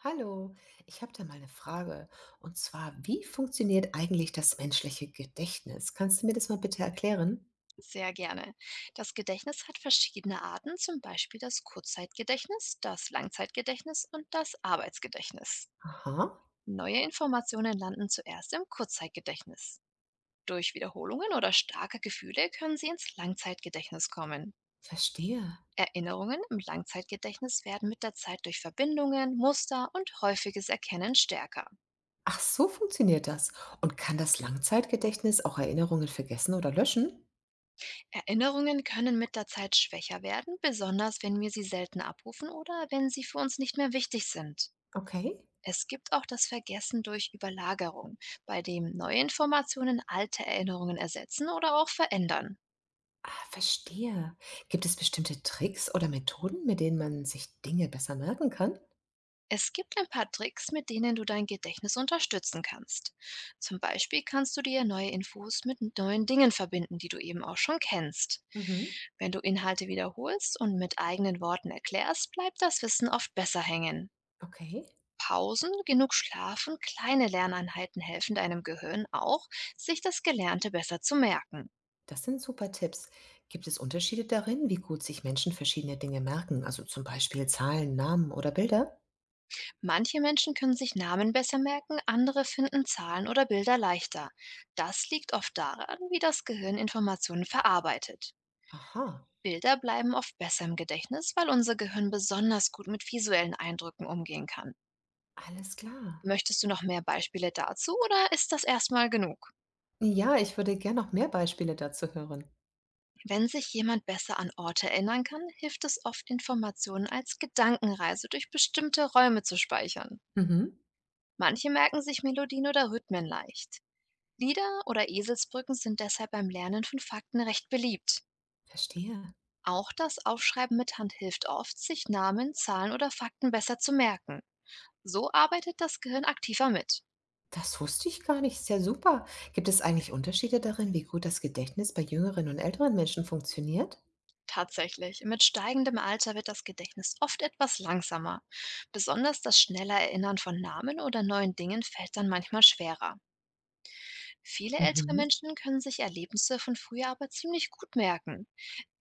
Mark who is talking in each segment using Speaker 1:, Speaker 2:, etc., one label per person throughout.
Speaker 1: Hallo, ich habe da mal eine Frage. Und zwar, wie funktioniert eigentlich das menschliche Gedächtnis? Kannst du mir das mal bitte erklären?
Speaker 2: Sehr gerne. Das Gedächtnis hat verschiedene Arten, zum Beispiel das Kurzzeitgedächtnis, das Langzeitgedächtnis und das Arbeitsgedächtnis.
Speaker 1: Aha,
Speaker 2: Neue Informationen landen zuerst im Kurzzeitgedächtnis. Durch Wiederholungen oder starke Gefühle können sie ins Langzeitgedächtnis kommen.
Speaker 1: verstehe.
Speaker 2: Erinnerungen im Langzeitgedächtnis werden mit der Zeit durch Verbindungen, Muster und häufiges Erkennen stärker.
Speaker 1: Ach, so funktioniert das. Und kann das Langzeitgedächtnis auch Erinnerungen vergessen oder löschen?
Speaker 2: Erinnerungen können mit der Zeit schwächer werden, besonders wenn wir sie selten abrufen oder wenn sie für uns nicht mehr wichtig sind.
Speaker 1: Okay.
Speaker 2: Es gibt auch das Vergessen durch Überlagerung, bei dem neue Informationen alte Erinnerungen ersetzen oder auch verändern.
Speaker 1: Ah, verstehe. Gibt es bestimmte Tricks oder Methoden, mit denen man sich Dinge besser merken kann?
Speaker 2: Es gibt ein paar Tricks, mit denen du dein Gedächtnis unterstützen kannst. Zum Beispiel kannst du dir neue Infos mit neuen Dingen verbinden, die du eben auch schon kennst.
Speaker 1: Mhm,
Speaker 2: Wenn du Inhalte wiederholst und mit eigenen Worten erklärst, bleibt das Wissen oft besser hängen.
Speaker 1: okay.
Speaker 2: Pausen, genug Schlaf und kleine Lerneinheiten helfen deinem Gehirn auch, sich das Gelernte besser zu merken.
Speaker 1: Das sind super Tipps. Gibt es Unterschiede darin, wie gut sich Menschen verschiedene Dinge merken? Also zum Beispiel Zahlen, Namen oder Bilder?
Speaker 2: Manche Menschen können sich Namen besser merken, andere finden Zahlen oder Bilder leichter. Das liegt oft daran, wie das Gehirn Informationen verarbeitet.
Speaker 1: Aha,
Speaker 2: Bilder bleiben oft besser im Gedächtnis, weil unser Gehirn besonders gut mit visuellen Eindrücken umgehen kann.
Speaker 1: alles klar.
Speaker 2: Möchtest du noch mehr Beispiele dazu oder ist das erstmal genug?
Speaker 1: Ja, ich würde gern noch mehr Beispiele dazu hören.
Speaker 2: Wenn sich jemand besser an Orte erinnern kann, hilft es oft, Informationen als Gedankenreise durch bestimmte Räume zu speichern.
Speaker 1: Mhm,
Speaker 2: Manche merken sich Melodien oder Rhythmen leicht. Lieder oder Eselsbrücken sind deshalb beim Lernen von Fakten recht beliebt.
Speaker 1: verstehe.
Speaker 2: Auch das Aufschreiben mit Hand hilft oft, sich Namen, Zahlen oder Fakten besser zu merken. So arbeitet das Gehirn aktiver mit.
Speaker 1: Das wusste ich gar nicht. Ist ja super. Gibt es eigentlich Unterschiede darin, wie gut das Gedächtnis bei jüngeren und älteren Menschen funktioniert?
Speaker 2: Tatsächlich, mit steigendem Alter wird das Gedächtnis oft etwas langsamer. Besonders das schnelle Erinnern von Namen oder neuen Dingen fällt dann manchmal schwerer. Viele ältere
Speaker 1: Mhm,
Speaker 2: Menschen können sich Erlebnisse von früher aber ziemlich gut merken.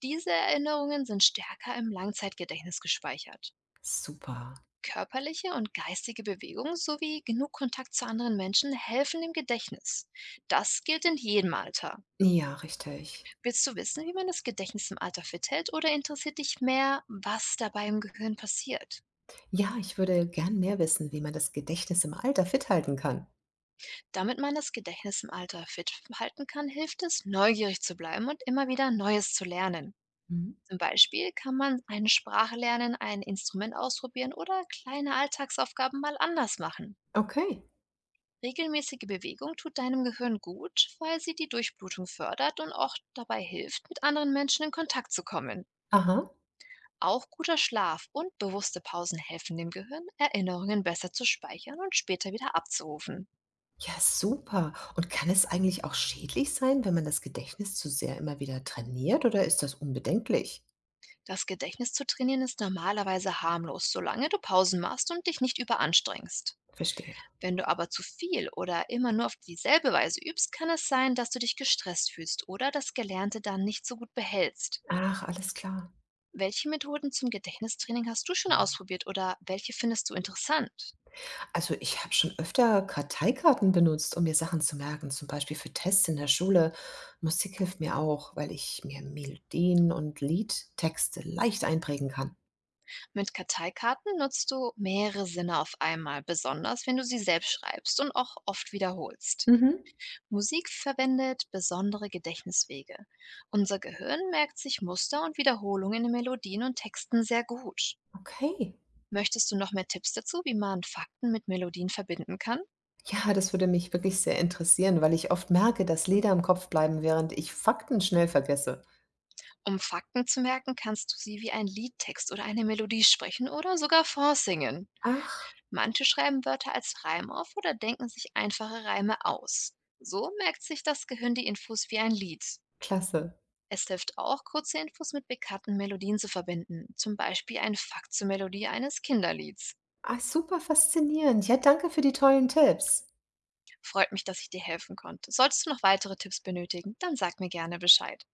Speaker 2: Diese Erinnerungen sind stärker im Langzeitgedächtnis gespeichert.
Speaker 1: super.
Speaker 2: Körperliche und geistige Bewegung sowie genug Kontakt zu anderen Menschen helfen dem Gedächtnis. Das gilt in jedem Alter.
Speaker 1: Ja, richtig.
Speaker 2: Willst du wissen, wie man das Gedächtnis im Alter fit hält oder interessiert dich mehr, was dabei im Gehirn passiert?
Speaker 1: Ja, ich würde gern mehr wissen, wie man das Gedächtnis im Alter fit halten kann.
Speaker 2: Damit man das Gedächtnis im Alter fit halten kann, hilft es, neugierig zu bleiben und immer wieder Neues zu lernen.
Speaker 1: Mhm.
Speaker 2: Zum Beispiel kann man eine Sprache lernen, ein Instrument ausprobieren oder kleine Alltagsaufgaben mal anders machen.
Speaker 1: Okay.
Speaker 2: Regelmäßige Bewegung tut deinem Gehirn gut, weil sie die Durchblutung fördert und auch dabei hilft, mit anderen Menschen in Kontakt zu kommen.
Speaker 1: Aha.
Speaker 2: Auch guter Schlaf und bewusste Pausen helfen dem Gehirn, Erinnerungen besser zu speichern und später wieder abzurufen.
Speaker 1: Ja, super. Und kann es eigentlich auch schädlich sein, wenn man das Gedächtnis zu sehr immer wieder trainiert, oder ist das unbedenklich?
Speaker 2: Das Gedächtnis zu trainieren ist normalerweise harmlos, solange du Pausen machst und dich nicht überanstrengst.
Speaker 1: Verstehe.
Speaker 2: Wenn du aber zu viel oder immer nur auf dieselbe Weise übst, kann es sein, dass du dich gestresst fühlst oder das Gelernte dann nicht so gut behältst.
Speaker 1: Ach, alles klar.
Speaker 2: Welche Methoden zum Gedächtnistraining hast du schon ausprobiert oder welche findest du interessant?
Speaker 1: Also ich habe schon öfter Karteikarten benutzt, um mir Sachen zu merken, zum Beispiel für Tests in der Schule. Musik hilft mir auch, weil ich mir Melodien und Liedtexte leicht einprägen kann.
Speaker 2: Mit Karteikarten nutzt du mehrere Sinne auf einmal, besonders wenn du sie selbst schreibst und auch oft wiederholst.
Speaker 1: Mhm.
Speaker 2: Musik verwendet besondere Gedächtniswege. Unser Gehirn merkt sich Muster und Wiederholungen in Melodien und Texten sehr gut.
Speaker 1: Okay.
Speaker 2: Möchtest du noch mehr Tipps dazu, wie man Fakten mit Melodien verbinden kann?
Speaker 1: Ja, das würde mich wirklich sehr interessieren, weil ich oft merke, dass Lieder im Kopf bleiben, während ich Fakten schnell vergesse.
Speaker 2: Um Fakten zu merken, kannst du sie wie ein Liedtext oder eine Melodie sprechen oder sogar vorsingen.
Speaker 1: Ach,
Speaker 2: Manche schreiben Wörter als Reim auf oder denken sich einfache Reime aus. So merkt sich das Gehirn die Infos wie ein Lied.
Speaker 1: klasse.
Speaker 2: Es hilft auch, kurze Infos mit bekannten Melodien zu verbinden, zum Beispiel ein Fakt zur Melodie eines Kinderlieds.
Speaker 1: Ah, super faszinierend. Ja, danke für die tollen Tipps.
Speaker 2: Freut mich, dass ich dir helfen konnte. Solltest du noch weitere Tipps benötigen, dann sag mir gerne Bescheid.